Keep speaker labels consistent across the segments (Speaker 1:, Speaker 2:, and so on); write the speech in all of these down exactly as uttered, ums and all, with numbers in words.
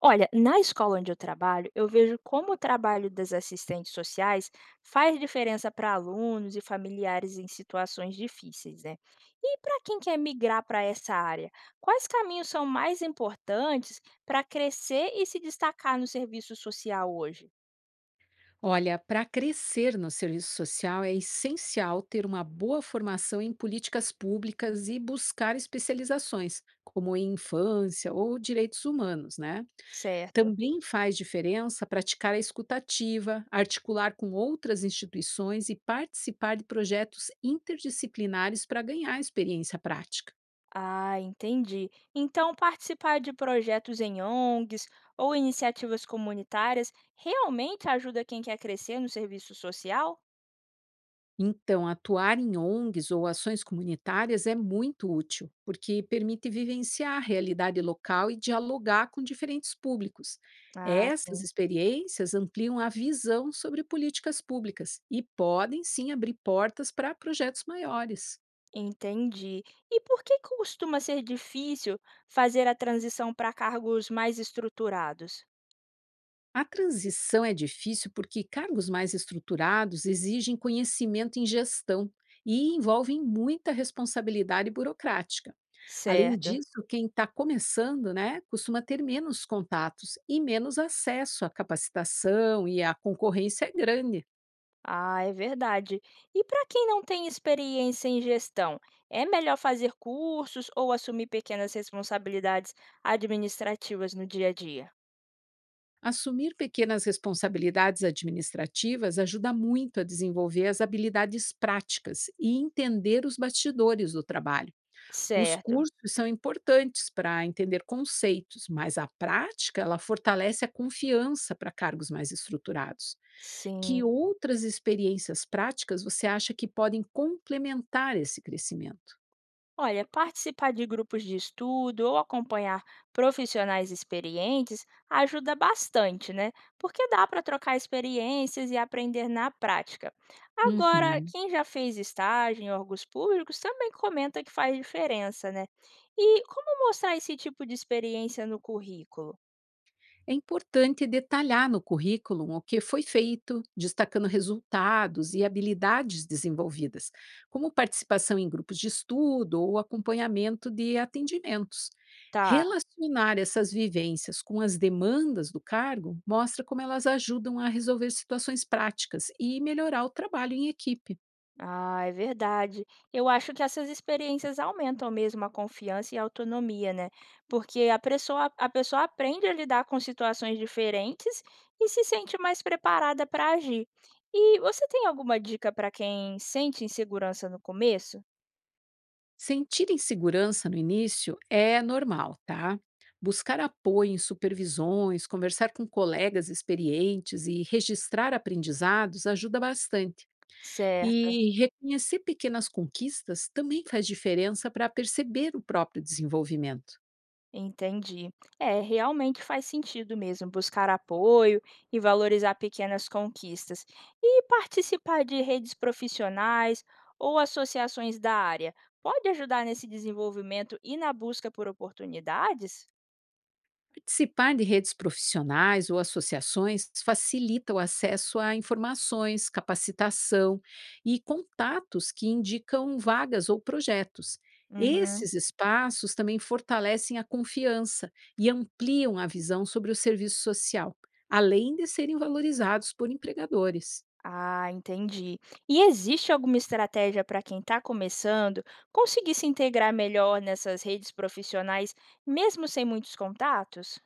Speaker 1: Olha, na escola onde eu trabalho, eu vejo como o trabalho das assistentes sociais faz diferença para alunos e familiares em situações difíceis, né? E para quem quer migrar para essa área, quais caminhos são mais importantes para crescer e se destacar no serviço social hoje?
Speaker 2: Olha, para crescer no serviço social é essencial ter uma boa formação em políticas públicas e buscar especializações, como em infância ou direitos humanos, né?
Speaker 1: Certo.
Speaker 2: Também faz diferença praticar a escutativa, articular com outras instituições e participar de projetos interdisciplinares para ganhar experiência prática.
Speaker 1: Ah, entendi. Então, participar de projetos em O N Gs ou iniciativas comunitárias realmente ajuda quem quer crescer no serviço social?
Speaker 2: Então, atuar em O N Gs ou ações comunitárias é muito útil, porque permite vivenciar a realidade local e dialogar com diferentes públicos.
Speaker 1: Ah,
Speaker 2: Essas
Speaker 1: sim.
Speaker 2: experiências ampliam a visão sobre políticas públicas e podem sim abrir portas para projetos maiores.
Speaker 1: Entendi. E por que costuma ser difícil fazer a transição para cargos mais estruturados?
Speaker 2: A transição é difícil porque cargos mais estruturados exigem conhecimento em gestão e envolvem muita responsabilidade burocrática. Além
Speaker 1: Certo.
Speaker 2: disso, quem está começando, né, costuma ter menos contatos e menos acesso à capacitação e a concorrência é grande.
Speaker 1: Ah, é verdade. E para quem não tem experiência em gestão, é melhor fazer cursos ou assumir pequenas responsabilidades administrativas no dia a dia?
Speaker 2: Assumir pequenas responsabilidades administrativas ajuda muito a desenvolver as habilidades práticas e entender os bastidores do trabalho. Os
Speaker 1: Certo.
Speaker 2: cursos são importantes para entender conceitos, mas a prática ela fortalece a confiança para cargos mais estruturados. Que
Speaker 1: Sim.
Speaker 2: outras experiências práticas você acha que podem complementar esse crescimento?
Speaker 1: Olha, participar de grupos de estudo ou acompanhar profissionais experientes ajuda bastante, né? Porque dá para trocar experiências e aprender na prática. Agora,
Speaker 2: Uhum.
Speaker 1: quem já fez estágio em órgãos públicos também comenta que faz diferença, né? E como mostrar esse tipo de experiência no currículo?
Speaker 2: É importante detalhar no currículo o que foi feito, destacando resultados e habilidades desenvolvidas, como participação em grupos de estudo ou acompanhamento de atendimentos.
Speaker 1: Tá.
Speaker 2: Relacionar essas vivências com as demandas do cargo mostra como elas ajudam a resolver situações práticas e melhorar o trabalho em equipe.
Speaker 1: Ah, é verdade. Eu acho que essas experiências aumentam mesmo a confiança e a autonomia, né? Porque a pessoa, a pessoa aprende a lidar com situações diferentes e se sente mais preparada para agir. E você tem alguma dica para quem sente insegurança no começo?
Speaker 2: Sentir insegurança no início é normal, tá? Buscar apoio em supervisões, conversar com colegas experientes e registrar aprendizados ajuda bastante.
Speaker 1: Certo.
Speaker 2: E reconhecer pequenas conquistas também faz diferença para perceber o próprio desenvolvimento.
Speaker 1: Entendi. É, realmente faz sentido mesmo buscar apoio e valorizar pequenas conquistas. E participar de redes profissionais ou associações da área pode ajudar nesse desenvolvimento e na busca por oportunidades?
Speaker 2: Participar de redes profissionais ou associações facilita o acesso a informações, capacitação e contatos que indicam vagas ou projetos.
Speaker 1: Uhum.
Speaker 2: Esses espaços também fortalecem a confiança e ampliam a visão sobre o serviço social, além de serem valorizados por empregadores.
Speaker 1: Ah, entendi. E existe alguma estratégia para quem está começando conseguir se integrar melhor nessas redes profissionais, mesmo sem muitos contatos?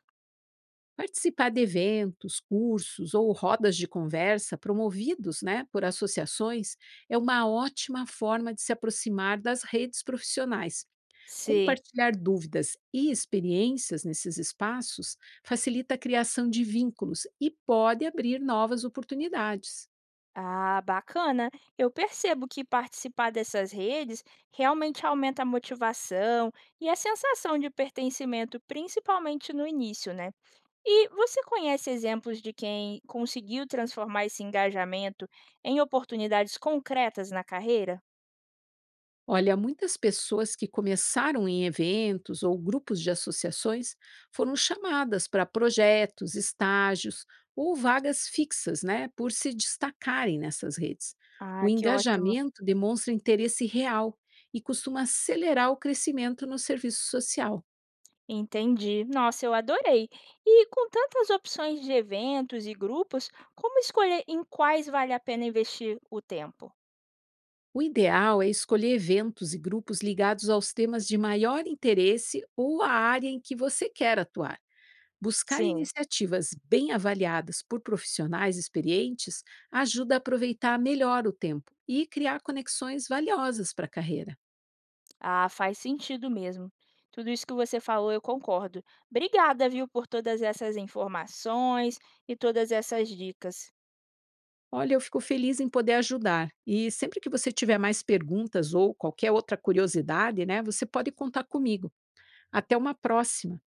Speaker 2: Participar de eventos, cursos ou rodas de conversa promovidos, né, por associações é uma ótima forma de se aproximar das redes profissionais.
Speaker 1: Sim.
Speaker 2: Compartilhar dúvidas e experiências nesses espaços facilita a criação de vínculos e pode abrir novas oportunidades.
Speaker 1: Ah, bacana. Eu percebo que participar dessas redes realmente aumenta a motivação e a sensação de pertencimento, principalmente no início, né? E você conhece exemplos de quem conseguiu transformar esse engajamento em oportunidades concretas na carreira?
Speaker 2: Olha, muitas pessoas que começaram em eventos ou grupos de associações foram chamadas para projetos, estágios ou vagas fixas, né, por se destacarem nessas redes. O
Speaker 1: Ah, que ótimo.
Speaker 2: engajamento demonstra interesse real e costuma acelerar o crescimento no serviço social.
Speaker 1: Entendi. Nossa, eu adorei. E com tantas opções de eventos e grupos, como escolher em quais vale a pena investir o tempo?
Speaker 2: O ideal é escolher eventos e grupos ligados aos temas de maior interesse ou à área em que você quer atuar. Buscar
Speaker 1: Sim.
Speaker 2: iniciativas bem avaliadas por profissionais experientes ajuda a aproveitar melhor o tempo e criar conexões valiosas para a carreira.
Speaker 1: Ah, faz sentido mesmo. Tudo isso que você falou, eu concordo. Obrigada, viu, por todas essas informações e todas essas dicas.
Speaker 2: Olha, eu fico feliz em poder ajudar. E sempre que você tiver mais perguntas ou qualquer outra curiosidade, né, você pode contar comigo. Até uma próxima.